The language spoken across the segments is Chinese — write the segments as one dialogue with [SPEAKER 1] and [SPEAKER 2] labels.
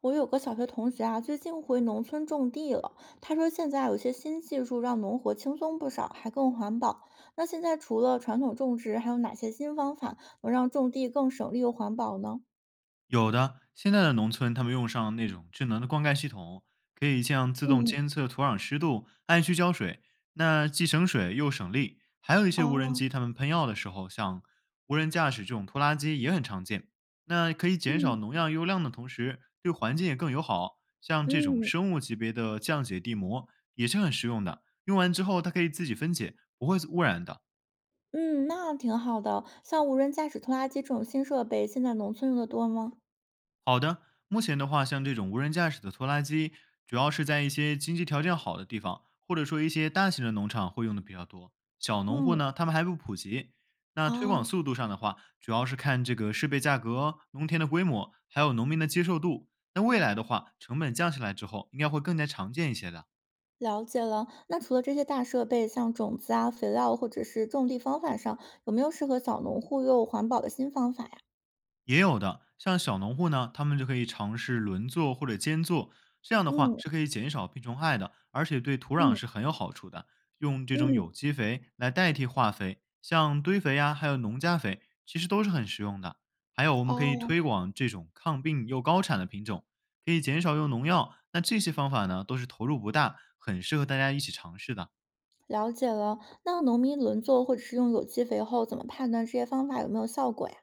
[SPEAKER 1] 我有个小学同学啊，最近回农村种地了。他说现在有些新技术让农活轻松不少，还更环保。那现在除了传统种植，还有哪些新方法能让种地更省力又环保呢？
[SPEAKER 2] 有的，现在的农村他们用上那种智能的灌溉系统，可以像自动
[SPEAKER 1] 嗯，
[SPEAKER 2] 监测土壤湿度，按需浇水，那既省水又省力。还有一些无人
[SPEAKER 1] 哦，
[SPEAKER 2] 机，他们喷药的时候，像无人驾驶这种拖拉机也很常见。那可以减少
[SPEAKER 1] 嗯
[SPEAKER 2] 农药用量的同时，对环境也更友好。像这种
[SPEAKER 1] 嗯
[SPEAKER 2] 生物级别的降解地膜也是很实用的，用完之后它可以自己分解，不会污染的。
[SPEAKER 1] 嗯，那挺好的。像无人驾驶拖拉机这种新设备，现在农村用的多吗？
[SPEAKER 2] 好的，目前的话，像这种无人驾驶的拖拉机，主要是在一些经济条件好的地方，或者说一些大型的农场会用的比较多。小农户
[SPEAKER 1] 嗯，
[SPEAKER 2] 呢，他们还不普及。那推广
[SPEAKER 1] 哦，
[SPEAKER 2] 速度上的话，主要是看这个设备价格、农田的规模，还有农民的接受度。那未来的话，成本降下来之后，应该会更加常见一些的。
[SPEAKER 1] 了解了。那除了这些大设备，像种子啊、肥料或者是种地方法上，有没有适合小农户又环保的新方法呀？
[SPEAKER 2] 也有的，像小农户呢，他们就可以尝试轮作或者间作，这样的话
[SPEAKER 1] 嗯。
[SPEAKER 2] 是可以减少病虫害的，而且对土壤
[SPEAKER 1] 嗯
[SPEAKER 2] 是很有好处的。用这种有
[SPEAKER 1] 嗯，
[SPEAKER 2] 机肥来代替化肥，像堆肥呀，还有农家肥，其实都是很实用的。还有，我们可以
[SPEAKER 1] 哦，
[SPEAKER 2] 推广这种抗病又高产的品种，可以减少用农药。那这些方法呢，都是投入不大，很适合大家一起尝试的。
[SPEAKER 1] 了解了。那农民轮作或者是用有机肥后，怎么判断这些方法有没有效果呀？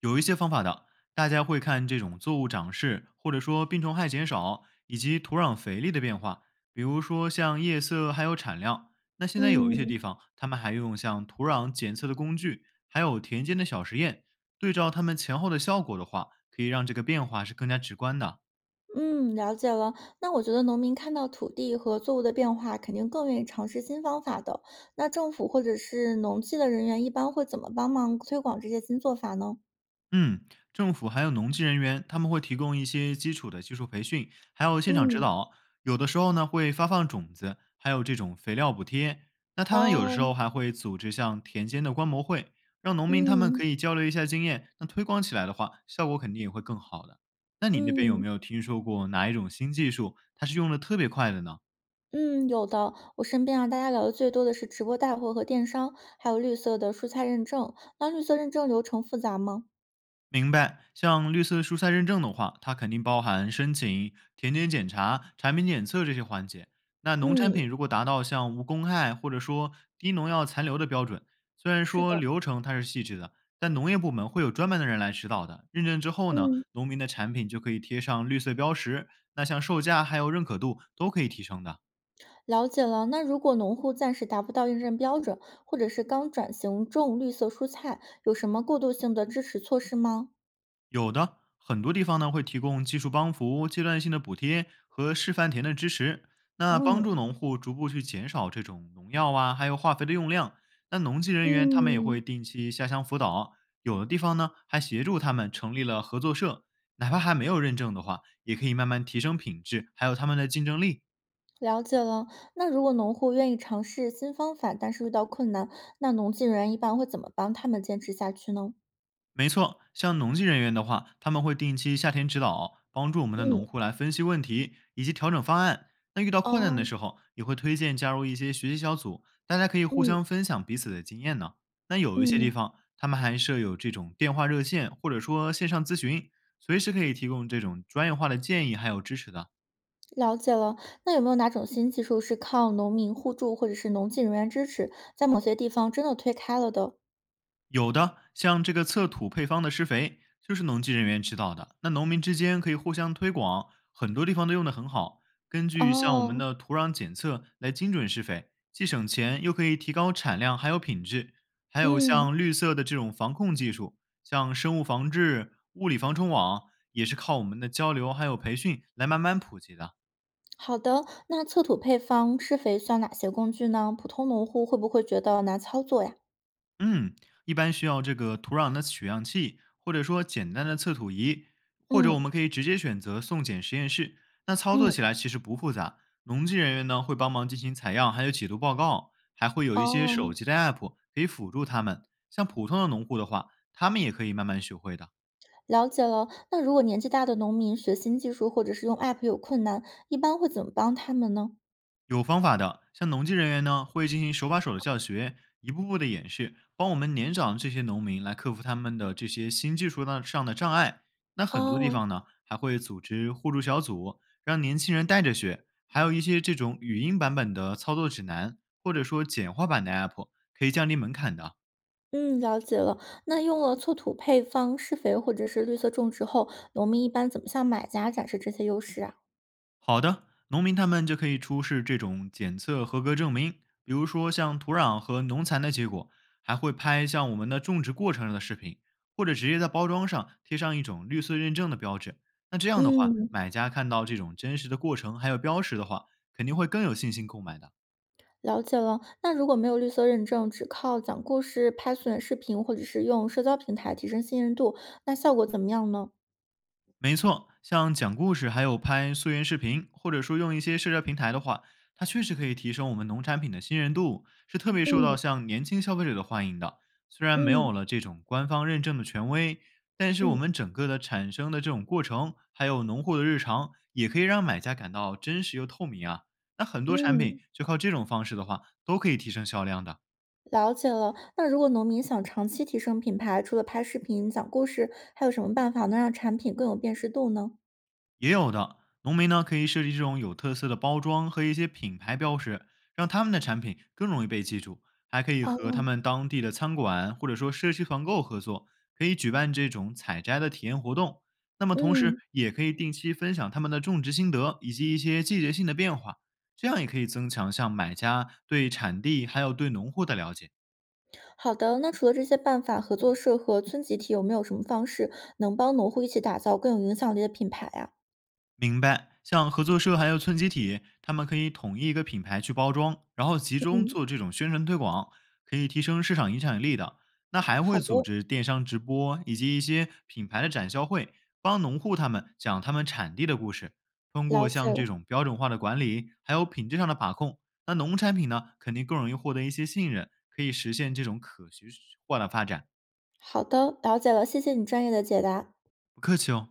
[SPEAKER 2] 有一些方法的，大家会看这种作物长势，或者说病虫害减少，以及土壤肥力的变化，比如说像叶色还有产量。那现在有一些
[SPEAKER 1] 嗯
[SPEAKER 2] 地方，他们还用像土壤检测的工具，还有田间的小实验，对照他们前后的效果的话，可以让这个变化是更加直观的。
[SPEAKER 1] 嗯，了解了。那我觉得农民看到土地和作物的变化，肯定更愿意尝试新方法的。那政府或者是农技的人员一般会怎么帮忙推广这些新做法呢？
[SPEAKER 2] 嗯，政府还有农技人员，他们会提供一些基础的技术培训，还有现场指
[SPEAKER 1] 嗯，
[SPEAKER 2] 导。有的时候呢，会发放种子，还有这种肥料补贴。那他们有的时
[SPEAKER 1] 哦，
[SPEAKER 2] 候还会组织像田间的观摩会，让农民他们
[SPEAKER 1] 嗯
[SPEAKER 2] 可以交流一下经验。那推广起来的话，效果肯定也会更好的。那你那边有
[SPEAKER 1] 嗯
[SPEAKER 2] 没有听说过哪一种新技术，它是用的特别快的呢？
[SPEAKER 1] 嗯，有的。我身边啊，大家聊的最多的是直播带货和电商，还有绿色的蔬菜认证。那绿色认证流程复杂吗？
[SPEAKER 2] 明白，像绿色蔬菜认证的话，它肯定包含申请、田间检查、产品检测这些环节。那农产
[SPEAKER 1] 嗯，
[SPEAKER 2] 品如果达到像无公害或者说低农药残留的标准，虽然
[SPEAKER 1] 是
[SPEAKER 2] 说
[SPEAKER 1] 的，
[SPEAKER 2] 流程它是细致的，但农业部门会有专门的人来指导的。认证之后呢，
[SPEAKER 1] 嗯，
[SPEAKER 2] 农民的产品就可以贴上绿色标识，那像售价还有认可度都可以提升的。
[SPEAKER 1] 了解了。那如果农户暂时达不到认证标准，或者是刚转型种绿色蔬菜，有什么过渡性的支持措施吗？
[SPEAKER 2] 有的，很多地方呢会提供技术帮扶、阶段性的补贴和示范田的支持，那帮
[SPEAKER 1] 嗯
[SPEAKER 2] 助农户逐步去减少这种农药啊，还有化肥的用量。那农技人员他们也
[SPEAKER 1] 嗯，
[SPEAKER 2] 会定期下乡辅导，有的地方呢还协助他们成立了合作社，哪怕还没有认证的话，也可以慢慢提升品质，还有他们的竞争力。
[SPEAKER 1] 了解了。那如果农户愿意尝试新方法，但是遇到困难，那农技人员一般会怎么帮他们坚持下去呢？
[SPEAKER 2] 没错，像农技人员的话，他们会定期夏天指导，帮助我们的
[SPEAKER 1] 嗯，
[SPEAKER 2] 农户来分析问题以及调整方案。那遇到困难的
[SPEAKER 1] 哦，
[SPEAKER 2] 时候，也会推荐加入一些学习小组，大家可以互
[SPEAKER 1] 嗯
[SPEAKER 2] 相分享彼此的经验呢。那有一些
[SPEAKER 1] 嗯，
[SPEAKER 2] 地方，他们还设有这种电话热线，或者说线上咨询，随时可以提供这种专业化的建议还有支持的。
[SPEAKER 1] 了解了。那有没有哪种新技术是靠农民互助或者是农技人员支持，在某些地方真的推开了的？
[SPEAKER 2] 有的，像这个测土配方的施肥，就是农技人员指导的。那农民之间可以互相推广，很多地方都用得很好。根据像我们
[SPEAKER 1] 哦，
[SPEAKER 2] 的土壤检测来精准施肥，既省钱又可以提高产量，还有品质。还有
[SPEAKER 1] 嗯。
[SPEAKER 2] 像绿色的这种防控技术，像生物防治、物理防虫网，也是靠我们的交流还有培训来慢慢普及的。
[SPEAKER 1] 好的，那测土配方、施肥需要哪些工具呢？普通农户会不会觉得难操作呀？
[SPEAKER 2] 嗯，一般需要这个土壤的取样器，或者说简单的测土仪，或者我
[SPEAKER 1] 嗯
[SPEAKER 2] 们可以直接选择送检实验室。那操作
[SPEAKER 1] 嗯，
[SPEAKER 2] 起来其实不复杂，农技人员呢会帮忙进行采样，还有解读报告，还会有一些手
[SPEAKER 1] 哦，
[SPEAKER 2] 机的 app 可以辅助他们。像普通的农户的话，他们也可以慢慢学会的。
[SPEAKER 1] 了解了。那如果年纪大的农民学新技术或者是用 App 有困难，一般会怎么帮他们呢？
[SPEAKER 2] 有方法的，像农技人员呢，会进行手把手的教学，一步步的演示，帮我们年长这些农民来克服他们的这些新技术的上的障碍。那很多地
[SPEAKER 1] 哦，
[SPEAKER 2] 方呢，还会组织互助小组，让年轻人带着学，还有一些这种语音版本的操作指南，或者说简化版的 app，可以降低门槛的。
[SPEAKER 1] 嗯，了解了。那用了测土配方、施肥或者是绿色种植后，农民一般怎么向买家展示这些优势啊？
[SPEAKER 2] 好的，农民他们就可以出示这种检测合格证明，比如说像土壤和农残的结果，还会拍像我们的种植过程的视频，或者直接在包装上贴上一种绿色认证的标志。那这样的话，
[SPEAKER 1] 嗯，
[SPEAKER 2] 买家看到这种真实的过程还有标识的话，肯定会更有信心购买的。
[SPEAKER 1] 了解了。那如果没有绿色认证，只靠讲故事、拍短视频，或者是用社交平台提升信任度，那效果怎么样呢？
[SPEAKER 2] 没错，像讲故事，还有拍溯源视频，或者说用一些社交平台的话，它确实可以提升我们农产品的信任度，是特别受到
[SPEAKER 1] 嗯
[SPEAKER 2] 像年轻消费者的欢迎的。虽然没
[SPEAKER 1] 嗯
[SPEAKER 2] 有了这种官方认证的权威，但是我
[SPEAKER 1] 嗯
[SPEAKER 2] 们整个的产生的这种过程，还有农户的日常，也可以让买家感到真实又透明啊。那很多产
[SPEAKER 1] 嗯，
[SPEAKER 2] 品就靠这种方式的话，都可以提升销量的。
[SPEAKER 1] 了解了。那如果农民想长期提升品牌，除了拍视频、讲故事，还有什么办法能让产品更有辨识度呢？
[SPEAKER 2] 也有的农民呢，可以设计这种有特色的包装和一些品牌标识，让他们的产品更容易被记住。还可以和
[SPEAKER 1] 哦，
[SPEAKER 2] 他们当地的餐馆或者说社区团购合作，可以举办这种采摘的体验活动。那么同时
[SPEAKER 1] 嗯，
[SPEAKER 2] 也可以定期分享他们的种植心得以及一些季节性的变化，这样也可以增强像买家对产地还有对农户的了解。
[SPEAKER 1] 好的。那除了这些办法，合作社和村集体有没有什么方式能帮农户一起打造更有影响力的品牌呀、
[SPEAKER 2] 明白，像合作社还有村集体，他们可以统一一个品牌去包装，然后集中
[SPEAKER 1] 嗯，
[SPEAKER 2] 做这种宣传推广，可以提升市场影响力的。那还
[SPEAKER 1] 好
[SPEAKER 2] 会组
[SPEAKER 1] 的，
[SPEAKER 2] 织电商直播以及一些品牌的展销会，帮农户他们讲他们产地的故事。通
[SPEAKER 1] 了
[SPEAKER 2] 过
[SPEAKER 1] 解
[SPEAKER 2] 像
[SPEAKER 1] 了。
[SPEAKER 2] 这种标准化的管理，还有品质上的把控，那农产品呢，肯定更容易获得一些信任，可以实现这种可持续化的发展。
[SPEAKER 1] 好的，了解了，谢谢你专业的解答。
[SPEAKER 2] 不客气哦。